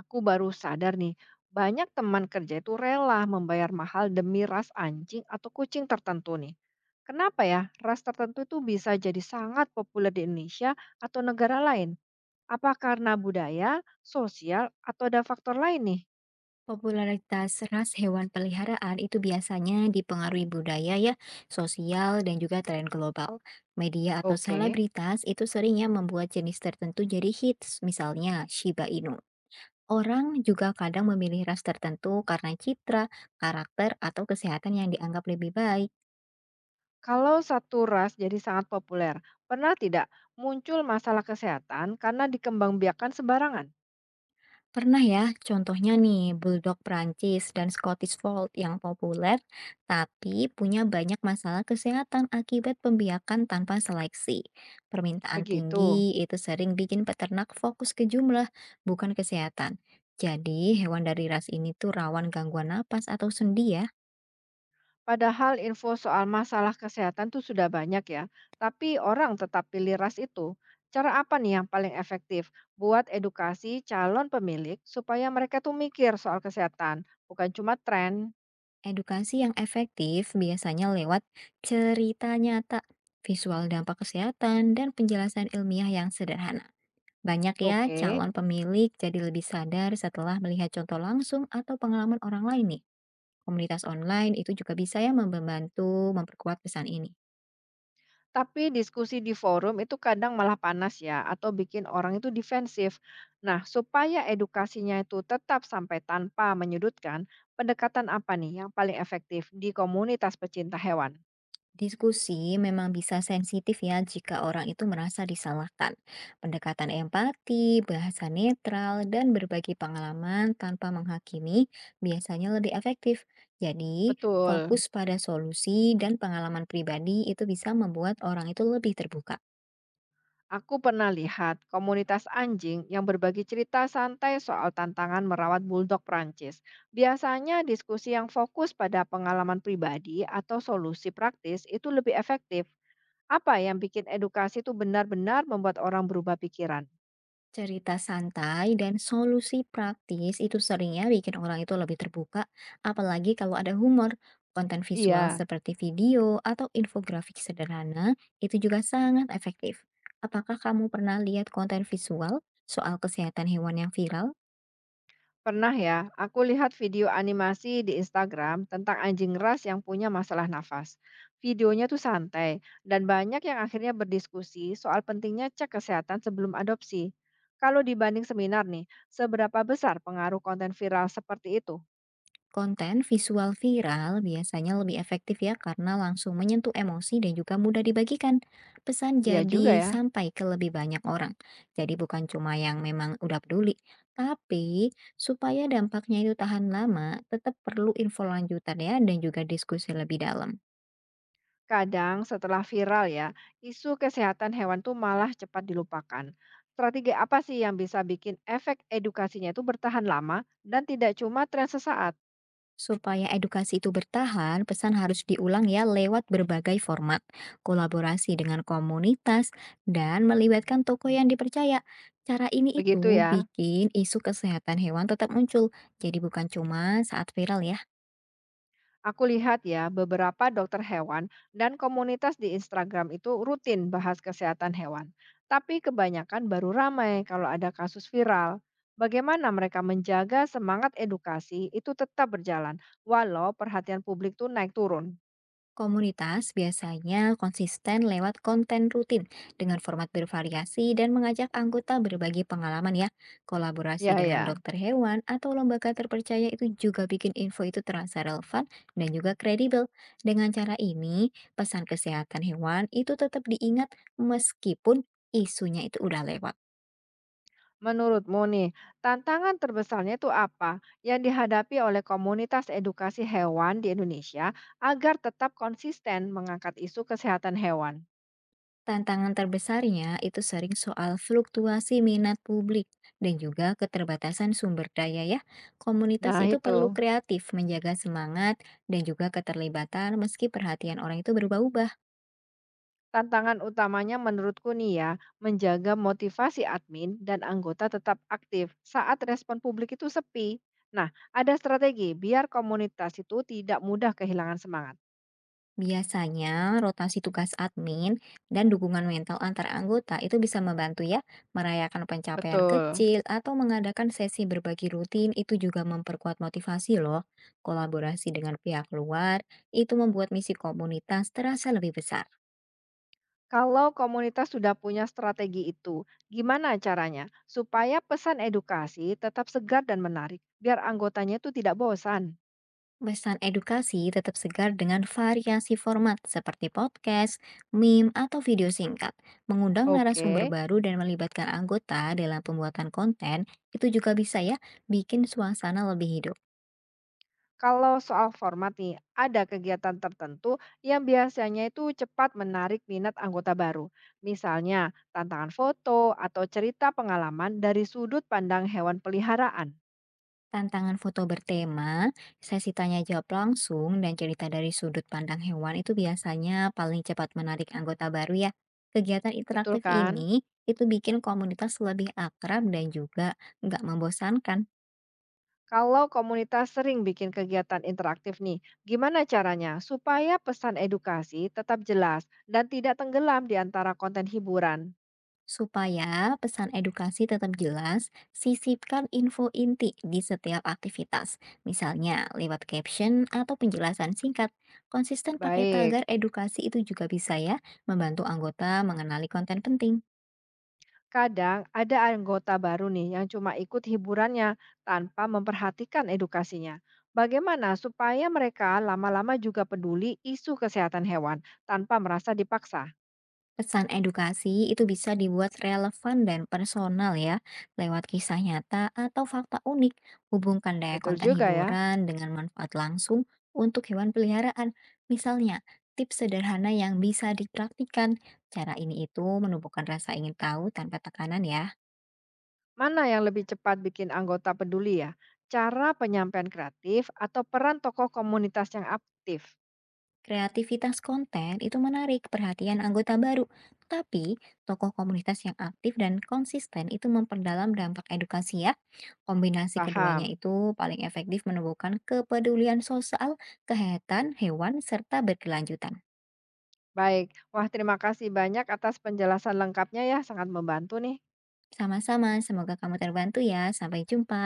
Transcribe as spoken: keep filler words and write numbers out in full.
Aku baru sadar nih, banyak teman kerja itu rela membayar mahal demi ras anjing atau kucing tertentu nih. Kenapa ya ras tertentu itu bisa jadi sangat populer di Indonesia atau negara lain? Apa karena budaya, sosial, atau ada faktor lain nih? Popularitas ras hewan peliharaan itu biasanya dipengaruhi budaya ya, sosial dan juga tren global. Media atau Oke. selebritas itu seringnya membuat jenis tertentu jadi hits, misalnya Shiba Inu. Orang juga kadang memilih ras tertentu karena citra, karakter, atau kesehatan yang dianggap lebih baik. Kalau satu ras jadi sangat populer, pernah tidak muncul masalah kesehatan karena dikembangbiakan sembarangan? Pernah ya, contohnya nih Bulldog Prancis dan Scottish Fold yang populer, tapi punya banyak masalah kesehatan akibat pembiakan tanpa seleksi. Permintaan Begitu. tinggi itu sering bikin peternak fokus ke jumlah, bukan kesehatan. Jadi, hewan dari ras ini tuh rawan gangguan napas atau sendi ya. Padahal info soal masalah kesehatan tuh sudah banyak ya, tapi orang tetap pilih ras itu. Cara apa nih yang paling efektif buat edukasi calon pemilik supaya mereka tuh mikir soal kesehatan, bukan cuma tren. Edukasi yang efektif biasanya lewat cerita nyata, visual dampak kesehatan, dan penjelasan ilmiah yang sederhana. Banyak ya Oke. calon pemilik jadi lebih sadar setelah melihat contoh langsung atau pengalaman orang lain nih. Komunitas online itu juga bisa ya membantu memperkuat pesan ini. Tapi diskusi di forum itu kadang malah panas ya atau bikin orang itu defensif. Nah, supaya edukasinya itu tetap sampai tanpa menyudutkan, pendekatan apa nih yang paling efektif di komunitas pecinta hewan? Diskusi memang bisa sensitif ya jika orang itu merasa disalahkan. Pendekatan empati, bahasa netral, dan berbagi pengalaman tanpa menghakimi biasanya lebih efektif. Jadi, Betul. fokus pada solusi dan pengalaman pribadi itu bisa membuat orang itu lebih terbuka. Aku pernah lihat komunitas anjing yang berbagi cerita santai soal tantangan merawat bulldog Prancis. Biasanya diskusi yang fokus pada pengalaman pribadi atau solusi praktis itu lebih efektif. Apa yang bikin edukasi itu benar-benar membuat orang berubah pikiran? Cerita santai dan solusi praktis itu seringnya bikin orang itu lebih terbuka, apalagi kalau ada humor. Konten visual Iya. seperti video atau infografik sederhana itu juga sangat efektif. Apakah kamu pernah lihat konten visual soal kesehatan hewan yang viral? Pernah ya, aku lihat video animasi di Instagram tentang anjing ras yang punya masalah nafas. Videonya tuh santai, dan banyak yang akhirnya berdiskusi soal pentingnya cek kesehatan sebelum adopsi. Kalau dibanding seminar nih, seberapa besar pengaruh konten viral seperti itu? Konten visual viral biasanya lebih efektif ya karena langsung menyentuh emosi dan juga mudah dibagikan. Pesan Iya jadi juga ya. sampai ke lebih banyak orang. Jadi bukan cuma yang memang udah peduli, tapi supaya dampaknya itu tahan lama, tetap perlu info lanjutan ya dan juga diskusi lebih dalam. Kadang setelah viral ya, isu kesehatan hewan tuh malah cepat dilupakan. Strategi apa sih yang bisa bikin efek edukasinya itu bertahan lama dan tidak cuma tren sesaat? Supaya edukasi itu bertahan, pesan harus diulang ya lewat berbagai format, kolaborasi dengan komunitas, dan melibatkan toko yang dipercaya. Cara ini Begitu itu ya. bikin isu kesehatan hewan tetap muncul, jadi bukan cuma saat viral ya. Aku lihat ya, beberapa dokter hewan dan komunitas di Instagram itu rutin bahas kesehatan hewan. Tapi kebanyakan baru ramai kalau ada kasus viral. Bagaimana mereka menjaga semangat edukasi itu tetap berjalan, walau perhatian publik tuh naik turun. Komunitas biasanya konsisten lewat konten rutin dengan format bervariasi dan mengajak anggota berbagi pengalaman ya. Kolaborasi Ya dengan ya, dokter hewan atau lembaga terpercaya itu juga bikin info itu terasa relevan dan juga kredibel. Dengan cara ini, pesan kesehatan hewan itu tetap diingat meskipun isunya itu udah lewat. menurutmu nih, tantangan terbesarnya itu apa yang dihadapi oleh komunitas edukasi hewan di Indonesia agar tetap konsisten mengangkat isu kesehatan hewan? Tantangan terbesarnya itu sering soal fluktuasi minat publik dan juga keterbatasan sumber daya ya. Komunitas Nah itu perlu itu. kreatif menjaga semangat dan juga keterlibatan meski perhatian orang itu berubah-ubah. Tantangan utamanya menurutku nih ya, menjaga motivasi admin dan anggota tetap aktif saat respon publik itu sepi. Nah, ada strategi biar komunitas itu tidak mudah kehilangan semangat. Biasanya rotasi tugas admin dan dukungan mental antar anggota itu bisa membantu ya merayakan pencapaian Betul. kecil atau mengadakan sesi berbagi rutin itu juga memperkuat motivasi loh. Kolaborasi dengan pihak luar itu membuat misi komunitas terasa lebih besar. Kalau komunitas sudah punya strategi itu, gimana caranya supaya pesan edukasi tetap segar dan menarik, biar anggotanya itu tidak bosan? Pesan edukasi tetap segar dengan variasi format seperti podcast, meme, atau video singkat. Mengundang narasumber Oke. baru dan melibatkan anggota dalam pembuatan konten itu juga bisa ya bikin suasana lebih hidup. Kalau soal format nih, ada kegiatan tertentu yang biasanya itu cepat menarik minat anggota baru. Misalnya, tantangan foto atau cerita pengalaman dari sudut pandang hewan peliharaan. Tantangan foto bertema, sesi tanya jawab langsung, dan cerita dari sudut pandang hewan itu biasanya paling cepat menarik anggota baru ya. Kegiatan Betul interaktif kan? ini itu bikin komunitas lebih akrab dan juga nggak membosankan. Kalau komunitas sering bikin kegiatan interaktif nih, gimana caranya supaya pesan edukasi tetap jelas dan tidak tenggelam di antara konten hiburan? Supaya pesan edukasi tetap jelas, sisipkan info inti di setiap aktivitas, misalnya lewat caption atau penjelasan singkat. Konsisten pakai Baik. tagar edukasi itu juga bisa ya, membantu anggota mengenali konten penting. Kadang ada anggota baru nih yang cuma ikut hiburannya tanpa memperhatikan edukasinya. Bagaimana supaya mereka lama-lama juga peduli isu kesehatan hewan tanpa merasa dipaksa? Pesan edukasi itu bisa dibuat relevan dan personal ya, lewat kisah nyata atau fakta unik. Hubungkan daya Betul konten juga ya. hiburan dengan manfaat langsung untuk hewan peliharaan. Misalnya, tips sederhana yang bisa dipraktikkan. Cara ini itu menumbuhkan rasa ingin tahu tanpa tekanan ya. Mana yang lebih cepat bikin anggota peduli ya? Cara penyampaian kreatif atau peran tokoh komunitas yang aktif? Kreativitas konten itu menarik perhatian anggota baru, tapi tokoh komunitas yang aktif dan konsisten itu memperdalam dampak edukasi ya. Kombinasi keduanya Paham. itu paling efektif menumbuhkan kepedulian sosial ke hewan, serta berkelanjutan. Baik. Wah, terima kasih banyak atas penjelasan lengkapnya ya. Sangat membantu nih. Sama-sama, semoga kamu terbantu ya. Sampai jumpa.